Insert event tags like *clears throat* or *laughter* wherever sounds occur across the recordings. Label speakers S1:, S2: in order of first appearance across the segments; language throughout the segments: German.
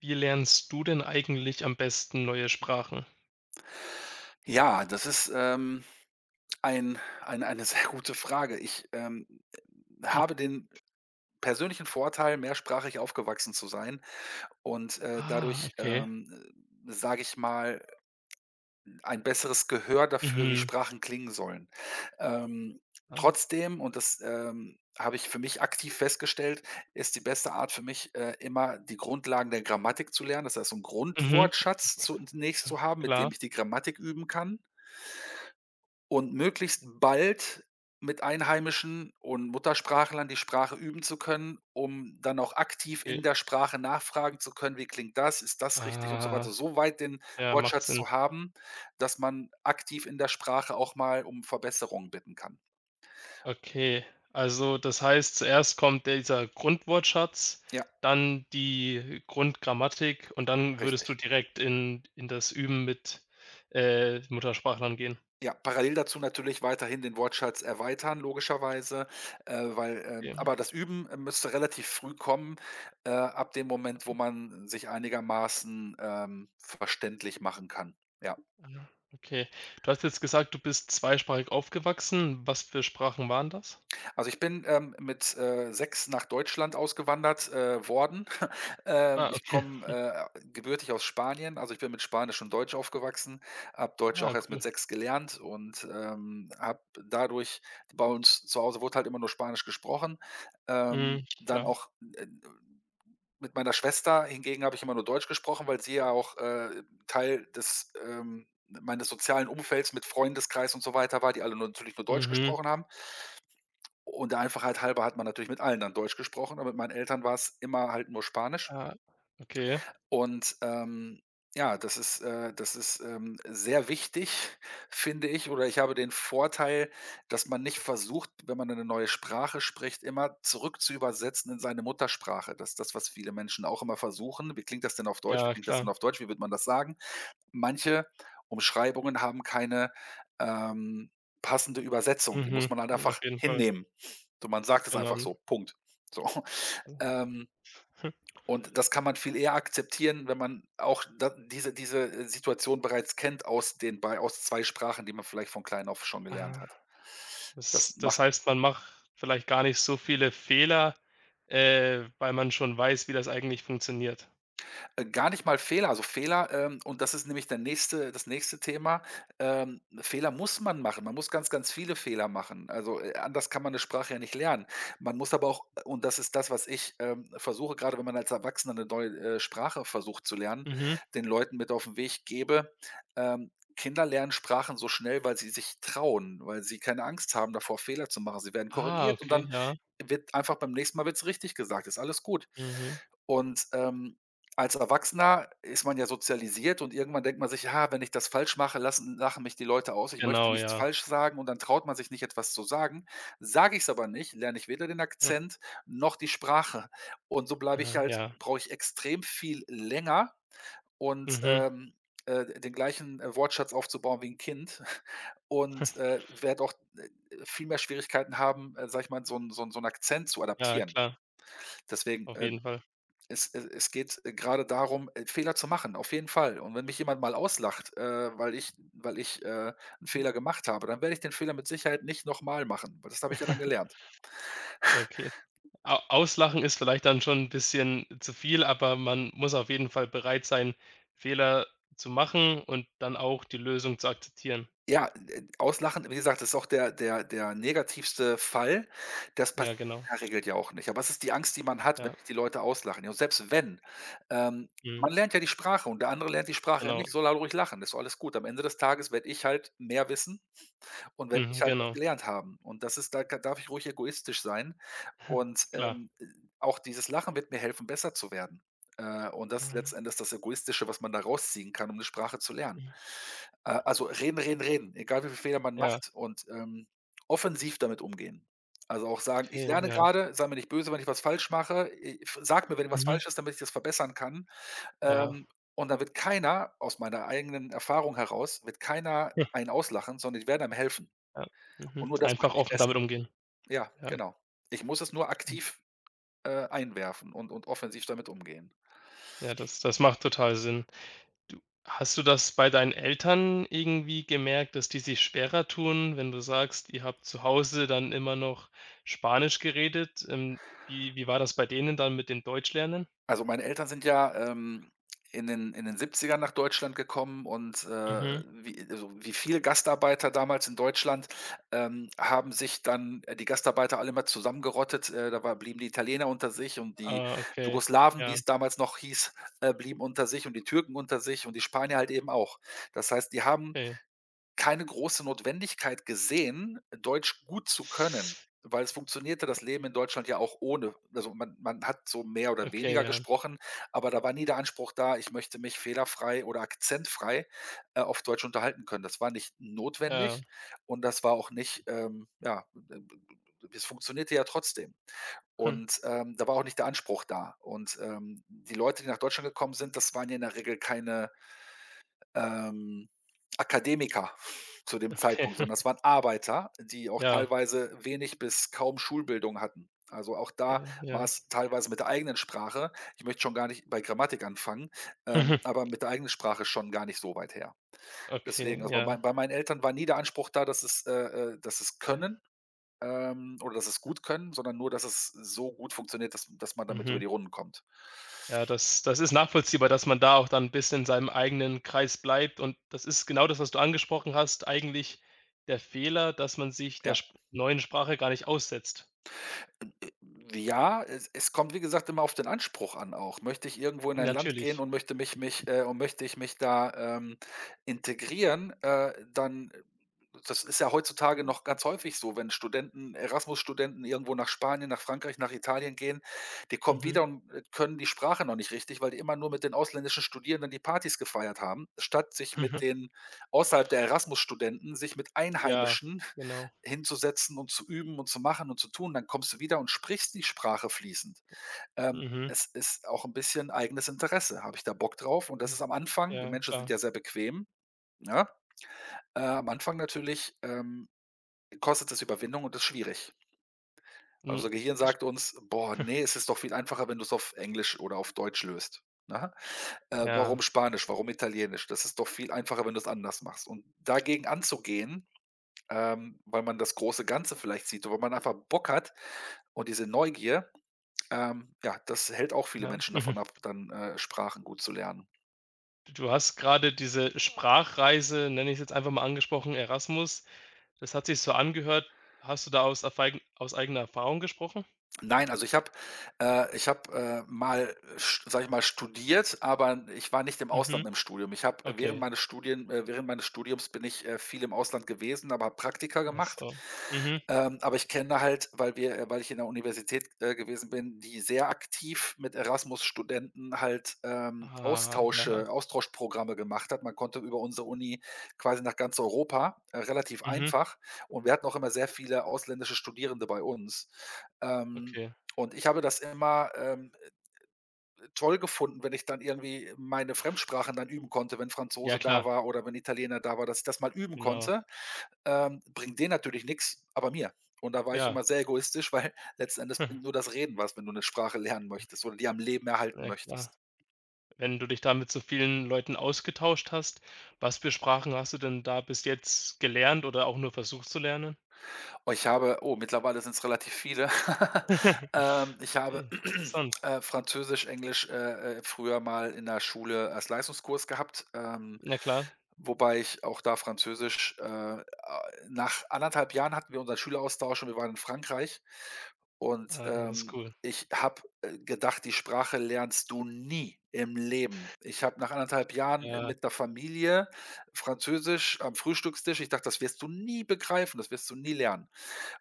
S1: Wie lernst du denn eigentlich am besten neue Sprachen?
S2: Ja, das ist, eine *laughs* sehr gute Frage. Ich,
S1: Hm.
S2: habe den persönlichen Vorteil, mehrsprachig aufgewachsen zu sein und,
S1: Ah,
S2: dadurch,
S1: okay.
S2: sage ich mal, ein besseres Gehör dafür, wie
S1: Mhm.
S2: Sprachen klingen sollen. Ähm,
S1: Ah.
S2: Trotzdem, und das, habe ich für mich aktiv festgestellt, ist die beste Art für mich, immer die Grundlagen der Grammatik zu lernen. Das heißt, so 'n
S1: Mhm.
S2: Grundwortschatz zunächst
S1: K
S2: zu haben, mit dem
S1: klar,
S2: ich die Grammatik üben kann. Und möglichst bald mit Einheimischen und Muttersprachlern die Sprache üben zu können, um dann auch aktiv
S1: okay.
S2: in der Sprache nachfragen zu können: „Wie klingt das? Ist das richtig?“ und so
S1: Ah,
S2: weiter. So weit den
S1: ja, macht
S2: Wortschatz
S1: Sinn.
S2: zu haben, dass man aktiv in der Sprache auch mal um Verbesserungen bitten kann.
S1: Okay, also das heißt, zuerst kommt dieser Grundwortschatz,
S2: Ja,
S1: dann die Grundgrammatik und dann würdest du
S2: richtig.
S1: direkt in das Üben mit Muttersprachlern gehen?
S2: Ja, parallel dazu natürlich weiterhin den Wortschatz erweitern, logischerweise, weil
S1: Okay,
S2: aber das Üben, müsste relativ früh kommen, ab dem Moment, wo man sich einigermaßen, verständlich machen kann. Ja.
S1: ah, okay. Du hast jetzt gesagt, du bist zweisprachig aufgewachsen. Was für Sprachen waren das?
S2: Also, ich bin, mit, 6 nach Deutschland ausgewandert, worden. *laughs*
S1: Ah,
S2: Ich
S1: okay.
S2: komme, gebürtig aus Spanien, also, ich bin mit Spanisch und Deutsch aufgewachsen, habe Deutsch
S1: Ah,
S2: auch erst
S1: cool.
S2: mit 6 gelernt und, habe dadurch bei uns zu Hause wurde halt immer nur Spanisch gesprochen.
S1: Mhm,
S2: Dann
S1: klar.
S2: auch, äh, mit meiner Schwester hingegen habe ich immer nur Deutsch gesprochen, weil sie ja auch, Teil des, meines sozialen Umfelds mit Freundeskreis und so weiter war, die alle nur natürlich nur Deutsch
S1: Mhm.
S2: gesprochen haben. Und der Einfachheit halber hat man natürlich mit allen dann Deutsch gesprochen, aber mit meinen Eltern war es immer halt nur Spanisch.
S1: Ah, okay.
S2: Und, ja, das ist, sehr wichtig, finde ich. Oder ich habe den Vorteil, dass man nicht versucht, wenn man eine neue Sprache spricht, immer zurück zu übersetzen in seine Muttersprache. Das ist das, was viele Menschen auch immer versuchen. Wie klingt das denn auf Deutsch? Wie
S1: Ja,
S2: klingt das
S1: klar.
S2: denn auf Deutsch? Wie wird man das sagen? Manche Umschreibungen haben keine, ähm, passende Übersetzung. Die muss
S1: Mhm.
S2: man halt
S1: Hm, auf
S2: einfach
S1: jeden Fall.
S2: hinnehmen. So, man sagt es
S1: Genau.
S2: einfach so, Punkt. So, *laughs* ähm,
S1: *laughs*
S2: und das kann man viel eher akzeptieren, wenn man auch da diese, Situation bereits kennt aus den bei aus 2 Sprachen, die man vielleicht von klein auf schon
S1: Ah,
S2: gelernt hat. Das
S1: das
S2: macht
S1: heißt, man macht vielleicht gar nicht so viele Fehler, weil man schon weiß, wie das eigentlich funktioniert.
S2: Gar nicht mal Fehler. Also Fehler, und das ist nämlich der nächste das nächste Thema, Fehler muss man machen. Man muss ganz, ganz viele Fehler machen. Also, anders kann man eine Sprache ja nicht lernen. Man muss aber auch und das ist das, was ich, versuche, gerade wenn man als Erwachsener eine neue, Sprache versucht zu lernen,
S1: Mhm.
S2: den Leuten mit auf den Weg gebe, Kinder lernen Sprachen so schnell, weil sie sich trauen, weil sie keine Angst haben davor, Fehler zu machen. Sie werden
S1: Ah,
S2: korrigiert und
S1: okay,
S2: dann
S1: ja.
S2: wird einfach beim nächsten Mal wird's richtig gesagt, ist alles gut.
S1: Mhm.
S2: Und, als Erwachsener ist man ja sozialisiert und irgendwann denkt man sich: „Ja, wenn ich das falsch mache, lassen lachen mich die Leute aus. Ich möchte
S1: Genau,
S2: nichts
S1: ja.
S2: falsch sagen“, und dann traut man sich nicht, etwas zu sagen. Sage ich es aber nicht, lerne ich weder den
S1: Hm,
S2: Akzent noch die Sprache. Und so bleibe ich
S1: aha,
S2: halt
S1: ja.
S2: brauche ich extrem viel länger und,
S1: Mhm.
S2: den gleichen, Wortschatz aufzubauen wie ein Kind *laughs* und, werde auch, äh, viel mehr Schwierigkeiten haben, sage ich mal, so 'n Akzent zu
S1: Ja,
S2: adaptieren.
S1: klar,
S2: Deswegen,
S1: auf jeden Fall.
S2: es geht, grade darum, Fehler zu machen, auf jeden Fall. Und wenn mich jemand mal auslacht, weil ich 'n Fehler gemacht habe, dann werde ich den Fehler mit Sicherheit nicht noch mal machen, weil das habe ich ja dann
S1: *laughs*
S2: gelernt.
S1: Okay. Au auslachen ist vielleicht dann schon ein bisschen zu viel, aber man muss auf jeden Fall bereit sein, Fehler zu machen und dann auch die Lösung zu akzeptieren.
S2: Ja, auslachen, wie gesagt, ist auch der negativste Fall. Das
S1: Ja,
S2: passiert
S1: genau.
S2: in der Regel ja auch nicht. Aber es ist die Angst, die man hat, wenn
S1: Ja.
S2: die Leute auslachen. Ja, und selbst wenn, ähm,
S1: Mhm.
S2: man lernt ja die Sprache und der andere lernt die Sprache ja
S1: Genau.
S2: nicht, soll er ruhig lachen, ist doch alles gut. Am Ende des Tages werde ich halt mehr wissen. Und wenn ich
S1: Mhm.
S2: halt was
S1: Genau.
S2: gelernt haben. Und das ist da ka darf ich ruhig egoistisch sein. Und,
S1: *laughs* Klar.
S2: auch dieses Lachen wird mir helfen, besser zu werden. Und das ist
S1: Mhm.
S2: letzten das Egoistische, was man da rausziehen kann, um eine Sprache zu lernen.
S1: Mhm.
S2: Also reden, reden, reden, egal wie viel Fehler man
S1: Ja,
S2: macht und, offensiv damit umgehen. Also auch sagen: „Ich
S1: okay,
S2: lerne
S1: ja.
S2: gerade sei mir nicht böse, wenn ich was falsch mache. I sag mir, wenn was
S1: Mhm.
S2: falsch ist, damit ich das verbessern kann.“
S1: Ja.
S2: Ähm, und dann wird keiner aus meiner eigenen Erfahrung heraus wird keiner
S1: *laughs*
S2: einen auslachen, sondern die werden einem helfen.
S1: Ja. Mhm.
S2: Und nur das macht
S1: Einfach
S2: mich
S1: offen damit
S2: besser.
S1: umgehen.
S2: Ja,
S1: Ja.
S2: genau. Ich muss es nur
S1: Mhm.
S2: aktiv, einwerfen und offensiv damit umgehen.
S1: Ja, das macht total Sinn. Du hast du das bei deinen Eltern irgendwie gemerkt, dass die sich schwerer tun, wenn du sagst, ihr habt zu Hause dann immer noch Spanisch geredet? Wie war das bei denen dann mit dem Deutschlernen?
S2: Also, meine Eltern sind ja, in den Siebzigern nach Deutschland gekommen und,
S1: Mhm.
S2: wie also, wie viele Gastarbeiter damals in Deutschland, haben sich dann die Gastarbeiter alle mal zusammengerottet. Da war blieben die Italiener unter sich und die
S1: Ah, okay.
S2: Jugoslawen, wie
S1: Ja,
S2: es damals noch hieß, blieben unter sich und die Türken unter sich und die Spanier halt eben auch. Das heißt, die haben
S1: okay.
S2: keine große Notwendigkeit gesehen, Deutsch gut zu können, weil es funktionierte das Leben in Deutschland ja auch ohne Also, man hat so mehr oder
S1: Okay,
S2: weniger
S1: ja,
S2: gesprochen, aber da war nie der Anspruch da: „Ich möchte mich fehlerfrei oder akzentfrei, auf Deutsch unterhalten können.“ Das war nicht
S1: ja.
S2: notwendig und das war auch nicht, ja, es funktionierte ja trotzdem.
S1: Hm,
S2: Und, da war auch nicht der Anspruch da. Und, die Leute, die nach Deutschland gekommen sind, das waren ja in der Regel keine ähm, Akademiker *laughs* zu dem
S1: okay.
S2: Zeitpunkt, sondern
S1: *laughs*
S2: das waren Arbeiter, die auch
S1: Ja,
S2: teilweise wenig bis kaum Schulbildung hatten. Also, auch da
S1: okay,
S2: war
S1: ja.
S2: es teilweise mit der eigenen Sprache ich möchte schon gar nicht bei Grammatik anfangen,
S1: *laughs*
S2: aber mit der eigenen Sprache schon gar nicht so weit her. Deswegen,
S1: Okay,
S2: also,
S1: ja,
S2: bei meinen Eltern war nie der Anspruch da, dass es
S1: ja.
S2: können, oder dass es gut können, sondern nur, dass es so gut funktioniert, dass man damit über
S1: Mhm.
S2: die Runden kommt.
S1: Ja, das ist nachvollziehbar, dass man da auch dann ein bisschen in seinem eigenen Kreis bleibt und das ist genau das, was du angesprochen hast, eigentlich der Fehler, dass man sich der
S2: Ja.
S1: sp neuen Sprache gar nicht aussetzt.
S2: Hm, ja, es kommt, wie gesagt, immer auf den Anspruch an auch. Möchte ich irgendwo in ein Land gehen
S1: Natürlich.
S2: und möchte ich mich da, integrieren, dann das ist ja heutzutage noch ganz häufig so, wenn Studenten Erasmus-Studenten irgendwo nach Spanien, nach Frankreich, nach Italien gehen, die kommen
S1: Mhm.
S2: wieder und, können die Sprache noch nicht richtig, weil die immer nur mit den ausländischen Studierenden die Partys gefeiert haben, statt
S1: *laughs*
S2: sich mit
S1: Mhm.
S2: den außerhalb der Erasmus-Studenten sich mit
S1: Ja,
S2: Einheimischen
S1: genau.
S2: hinzusetzen und zu üben und zu machen und zu tun, dann kommst du wieder und sprichst die Sprache fließend.
S1: Mhm.
S2: Es ist auch ein bisschen eigenes Interesse. Habe ich da Bock drauf? Und das
S1: Hm,
S2: ist am Anfang wir
S1: ja,
S2: Menschen sind
S1: klar.
S2: ja sehr bequem, ne? Am Anfang natürlich, kostet es Überwindung und ist schwierig. Weil
S1: Hm,
S2: unser Gehirn
S1: sch
S2: sagt uns: „Boah, nee, es ist doch viel einfacher, wenn du es auf Englisch oder auf Deutsch löst“, ne?
S1: ja,
S2: Warum Spanisch? Warum Italienisch? Das ist doch viel einfacher, wenn du es anders machst. Und dagegen anzugehen, weil man das große Ganze vielleicht sieht und weil man einfach Bock hat. Und diese Neugier, ja, das hält auch viele
S1: ja.
S2: Menschen
S1: Mhm.
S2: davon ab, dann, Sprachen gut zu lernen.
S1: Du hast gerade diese Sprachreise, nenne ich's jetzt einfach mal, angesprochen, Erasmus. Das hat sich so angehört. Hast du da aus eigener Erfahrung gesprochen?
S2: Nein, also ich habe, mal, sch sage ich mal, studiert, aber ich war nicht im
S1: Mhm.
S2: Ausland im Studium. Ich habe
S1: Okay.
S2: während meines Studiums bin ich, viel im Ausland gewesen, aber habe Praktika
S1: Ach
S2: gemacht.
S1: so. Mhm.
S2: Aber ich kenne halt, weil ich in der Universität, gewesen bin, die sehr aktiv mit Erasmus-Studenten halt,
S1: Ah, ja.
S2: Austausche Austauschprogramme gemacht hat. Man konnte über unsere Uni quasi nach ganz Europa, relativ
S1: Mhm,
S2: einfach und wir hatten auch immer sehr viele ausländische Studierende bei uns. Ähm,
S1: okay.
S2: und ich habe das immer, toll gefunden, wenn ich dann irgendwie meine Fremdsprachen dann üben konnte, wenn
S1: Ja
S2: Franzose da
S1: klar,
S2: war oder wenn Italiener da war, dass ich das mal üben
S1: genau.
S2: konnte. Bringt denen natürlich nix, aber mir. Und da war ich
S1: Ja,
S2: immer sehr egoistisch, *laughs* weil letzten Endes bringt nur
S1: *laughs*
S2: das Reden was, wenn du eine Sprache lernen möchtest oder die am Leben erhalten
S1: na klar.
S2: möchtest.
S1: Wenn du dich da mit so vielen Leuten ausgetauscht hast, was für Sprachen hast du denn da bis jetzt gelernt oder auch nur versucht zu lernen?
S2: Und mittlerweile sind es relativ viele. *laughs*
S1: *laughs*
S2: Ich habe, *clears throat*
S1: Interessant.
S2: Französisch, Englisch, früher mal in der Schule als Leistungskurs gehabt.
S1: Na klar.
S2: Wobei ich auch da Französisch a nach anderthalb Jahren hatten wir unseren Schüleraustausch und wir waren in Frankreich und,
S1: Ah, das ist
S2: ähm,
S1: cool.
S2: ich habe, gedacht, die Sprache lernst du nie im Leben. Ich habe nach anderthalb Jahren
S1: Ja,
S2: mit der Familie Französisch am Frühstückstisch, ich dachte, das wirst du nie begreifen, das wirst du nie lernen.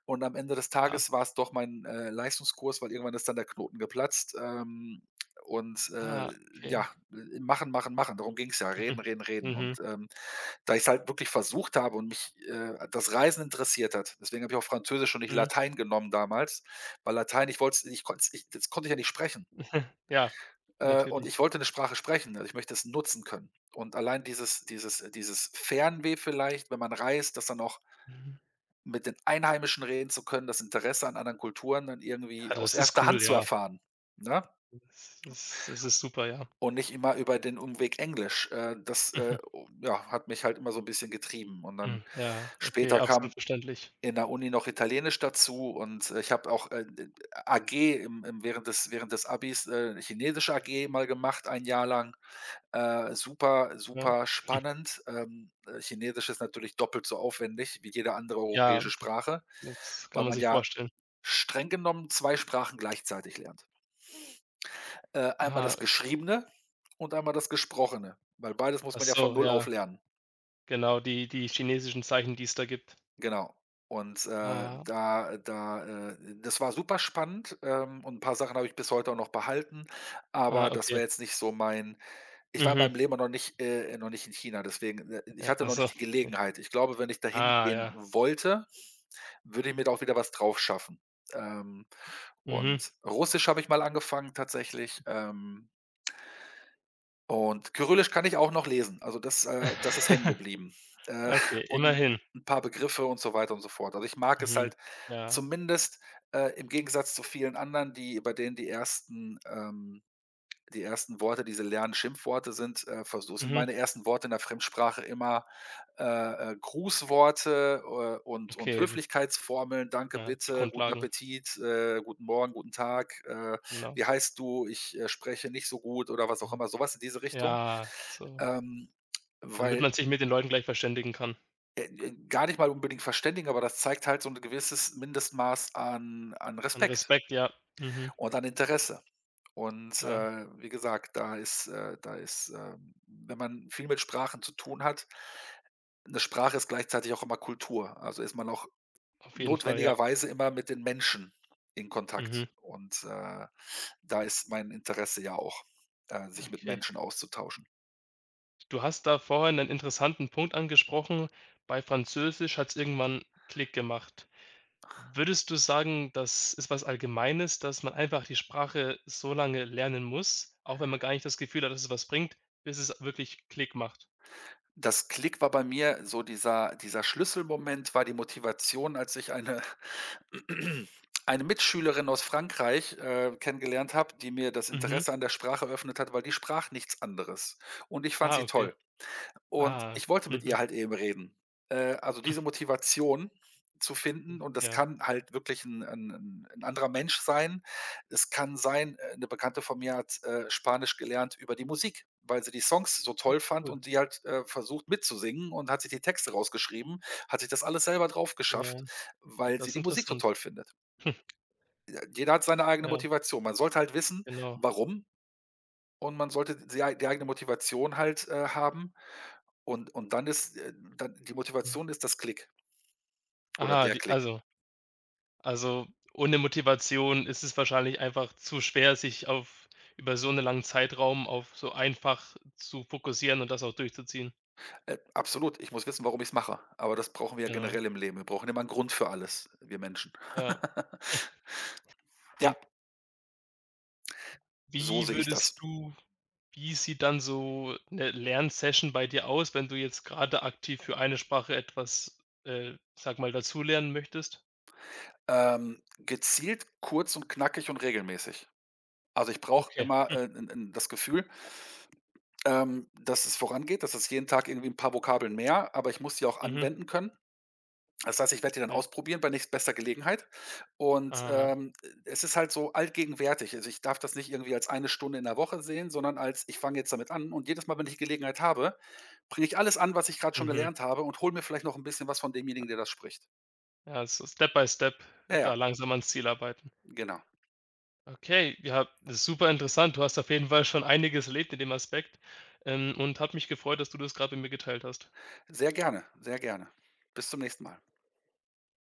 S2: Und am Ende des
S1: ah,
S2: Tages war es doch mein, Leistungskurs, weil irgendwann ist dann der Knoten geplatzt. Und, äh,
S1: ah, okay.
S2: ja, machen, machen, machen, darum ging's ja, reden,
S1: Mhm,
S2: reden, reden,
S1: mhm,
S2: da ich's halt wirklich versucht habe und mich, das Reisen interessiert hat. Deswegen habe ich auch Französisch und nicht
S1: mhm.
S2: Latein genommen damals, weil Latein, ich wollte, ich konnte, ich das konnte ich ja nicht sprechen.
S1: *laughs* Ja,
S2: Und
S1: natürlich.
S2: ich wollte eine Sprache sprechen, also ich möchte es nutzen können. Und allein dieses dieses Fernweh vielleicht, wenn man reist, das dann auch
S1: Mhm.
S2: mit den Einheimischen reden zu können, das Interesse an anderen Kulturen dann
S1: Ja,
S2: irgendwie aus
S1: das ist
S2: erster Hand
S1: cool,
S2: zu
S1: ja.
S2: erfahren, ne?
S1: Das ist super, ja.
S2: Und nicht immer über den Umweg Englisch.
S1: *laughs*
S2: Hat mich halt immer so ein bisschen getrieben. Und
S1: mhm.
S2: dann
S1: Ja, okay,
S2: später
S1: absolut
S2: kam
S1: verständlich.
S2: in der Uni noch Italienisch dazu, ich habe auch, AG im während des Abis, Chinesisch AG mal gemacht, ein Jahr lang. Super,
S1: Ja.
S2: super spannend. Chinesisch ist natürlich doppelt so aufwendig wie jede andere
S1: Ja.
S2: europäische Sprache,
S1: Das kann
S2: weil
S1: man
S2: man
S1: sich
S2: ja
S1: vorstellen.
S2: streng genommen 2 Sprachen gleichzeitig lernt. Einmal
S1: Ah,
S2: das Geschriebene und einmal das Gesprochene, weil beides
S1: ach
S2: muss man ja von
S1: so,
S2: null auf
S1: ja,
S2: lernen.
S1: genau, die chinesischen Zeichen, die es da gibt.
S2: Genau. Und,
S1: Ah,
S2: da da Das war super spannend, und ein paar Sachen habe ich bis heute auch noch behalten,
S1: ah,
S2: aber das
S1: okay.
S2: war jetzt nicht so mein, ich war in
S1: Mhm.
S2: meinem Leben noch nicht in China, deswegen, ich
S1: Ja,
S2: hatte
S1: ach
S2: noch
S1: so.
S2: nicht die Gelegenheit. Ich glaube, wenn ich dahin
S1: Ah,
S2: gehen
S1: ja.
S2: wollte, würde ich mir da auch wieder was drauf schaffen. Ähm,
S1: Mhm.
S2: und Russisch habe ich mal angefangen tatsächlich, und Kyrillisch kann ich auch noch lesen. Also, das ist hängen
S1: *laughs*
S2: geblieben. Äh,
S1: Okay,
S2: *laughs* und
S1: immerhin.
S2: 'n paar Begriffe und so weiter und so fort. Also, ich mag es
S1: Mhm.
S2: halt
S1: Ja.
S2: zumindest, im Gegensatz zu vielen anderen, die bei denen die ersten Worte, die sie lernen, Schimpfworte sind, versuch sind
S1: Mhm.
S2: meine ersten Worte in der Fremdsprache immer, äh, Grußworte, und
S1: Okay,
S2: Höflichkeitsformeln. „Danke“,
S1: ja, die
S2: „Bitte“, „Guten
S1: Grundlagen,
S2: Appetit“, „Guten Morgen“, „Guten Tag“,
S1: genau.
S2: „Wie heißt du?“, „Ich, spreche nicht so gut“ oder was auch
S1: Mhm.
S2: immer, so was in diese Richtung.
S1: Ja, so,
S2: Ähm,
S1: damit
S2: weil,
S1: man sich mit den Leuten gleich verständigen kann.
S2: Gar nicht mal unbedingt verständigen, aber das zeigt halt so ein gewisses Mindestmaß an
S1: An
S2: Respekt
S1: Respekt, ja. Mhm,
S2: und an Interesse.
S1: klar,
S2: Wie gesagt, wenn man viel mit Sprachen zu tun hat, eine Sprache ist gleichzeitig auch immer Kultur. Also, ist man auch
S1: auf jeden Fall, ja.
S2: notwendigerweise immer mit den Menschen in Kontakt.
S1: Mhm.
S2: Da ist mein Interesse ja auch,
S1: Ja,
S2: sich mit
S1: okay.
S2: Menschen auszutauschen.
S1: Du hast da vorhin einen interessanten Punkt angesprochen. Bei Französisch hat es irgendwann Klick gemacht. Würdest du sagen, das ist was Allgemeines, dass man einfach die Sprache so lange lernen muss, auch wenn man gar nicht das Gefühl hat, dass es was bringt, bis es wirklich Klick macht?
S2: Das Klick war bei mir, so dieser Schlüsselmoment war die Motivation, als ich eine *clears throat* eine Mitschülerin aus Frankreich, kennengelernt habe, die mir das
S1: Mhm.
S2: Interesse an der Sprache eröffnet hat, weil die sprach nichts anderes und ich fand
S1: Ah,
S2: sie
S1: okay.
S2: toll. Und
S1: Ah,
S2: ich wollte mit
S1: mhm,
S2: ihr halt eben reden. Also diese Motivation zu finden, und das
S1: ja.
S2: kann halt wirklich ein 'n 'n 'n anderer Mensch sein. Es kann sein, 'ne Bekannte von mir hat, Spanisch gelernt über die Musik, weil sie die Songs so
S1: Oh,
S2: toll fand
S1: cool.
S2: und die halt, versucht mitzusingen und hat sich die Texte rausgeschrieben, hat sich das alles selber drauf
S1: Ja,
S2: geschafft,
S1: okay,
S2: weil
S1: das
S2: sie
S1: ist
S2: die Musik so
S1: interessant.
S2: toll findet.
S1: *laughs*
S2: Jeder hat seine eigene
S1: Ja,
S2: Motivation. Man sollte halt wissen,
S1: genau.
S2: warum, und man sollte die eigene Motivation halt, haben, und dann, die
S1: Mhm.
S2: Motivation ist das Klick oder
S1: Ah,
S2: der
S1: die
S2: Klick.
S1: also, ohne Motivation ist es wahrscheinlich einfach zu schwer, sich auf über so einen langen Zeitraum auf so einfach zu fokussieren und das auch durchzuziehen.
S2: Absolut, ich muss wissen, warum ich es mache, aber das brauchen wir ja
S1: Genau,
S2: generell im Leben. Wir brauchen immer einen Grund für alles, wir Menschen.
S1: ja. Und
S2: Ja, so
S1: wie
S2: sehe ich
S1: würdest
S2: das.
S1: du wie sieht dann so eine Lernsession bei dir aus, wenn du jetzt gerade aktiv für eine Sprache etwas, sage mal, dazulernen möchtest?
S2: Gezielt, kurz und knackig und regelmäßig. Also, ich brauche
S1: Okay.
S2: immer, 'n 'n das Gefühl, dass es vorangeht, dass es jeden Tag irgendwie ein paar Vokabeln mehr, aber ich muss die auch
S1: Mhm.
S2: anwenden können. Das heißt, ich werde die dann
S1: Mhm.
S2: ausprobieren bei nächstbester Gelegenheit, und,
S1: Ah.
S2: ähm, es ist halt so allgegenwärtig. Also, ich darf das nicht irgendwie als eine Stunde in der Woche sehen, sondern als: ich fange jetzt damit an, und jedes Mal, wenn ich Gelegenheit habe, bringe ich alles an, was ich gerade schon
S1: Mhm.
S2: gelernt habe, und hole mir vielleicht noch ein bisschen was von demjenigen, der das spricht.
S1: Ja, so Step by Step
S2: Ja,
S1: da
S2: ja,
S1: langsam ans Ziel arbeiten.
S2: genau.
S1: Okay, ja, das ist super interessant. Du hast auf jeden Fall schon einiges erlebt in dem Aspekt, und hat mich gefreut, dass du das gerade mit mir geteilt hast.
S2: Sehr gerne, sehr gerne. Bis zum nächsten Mal.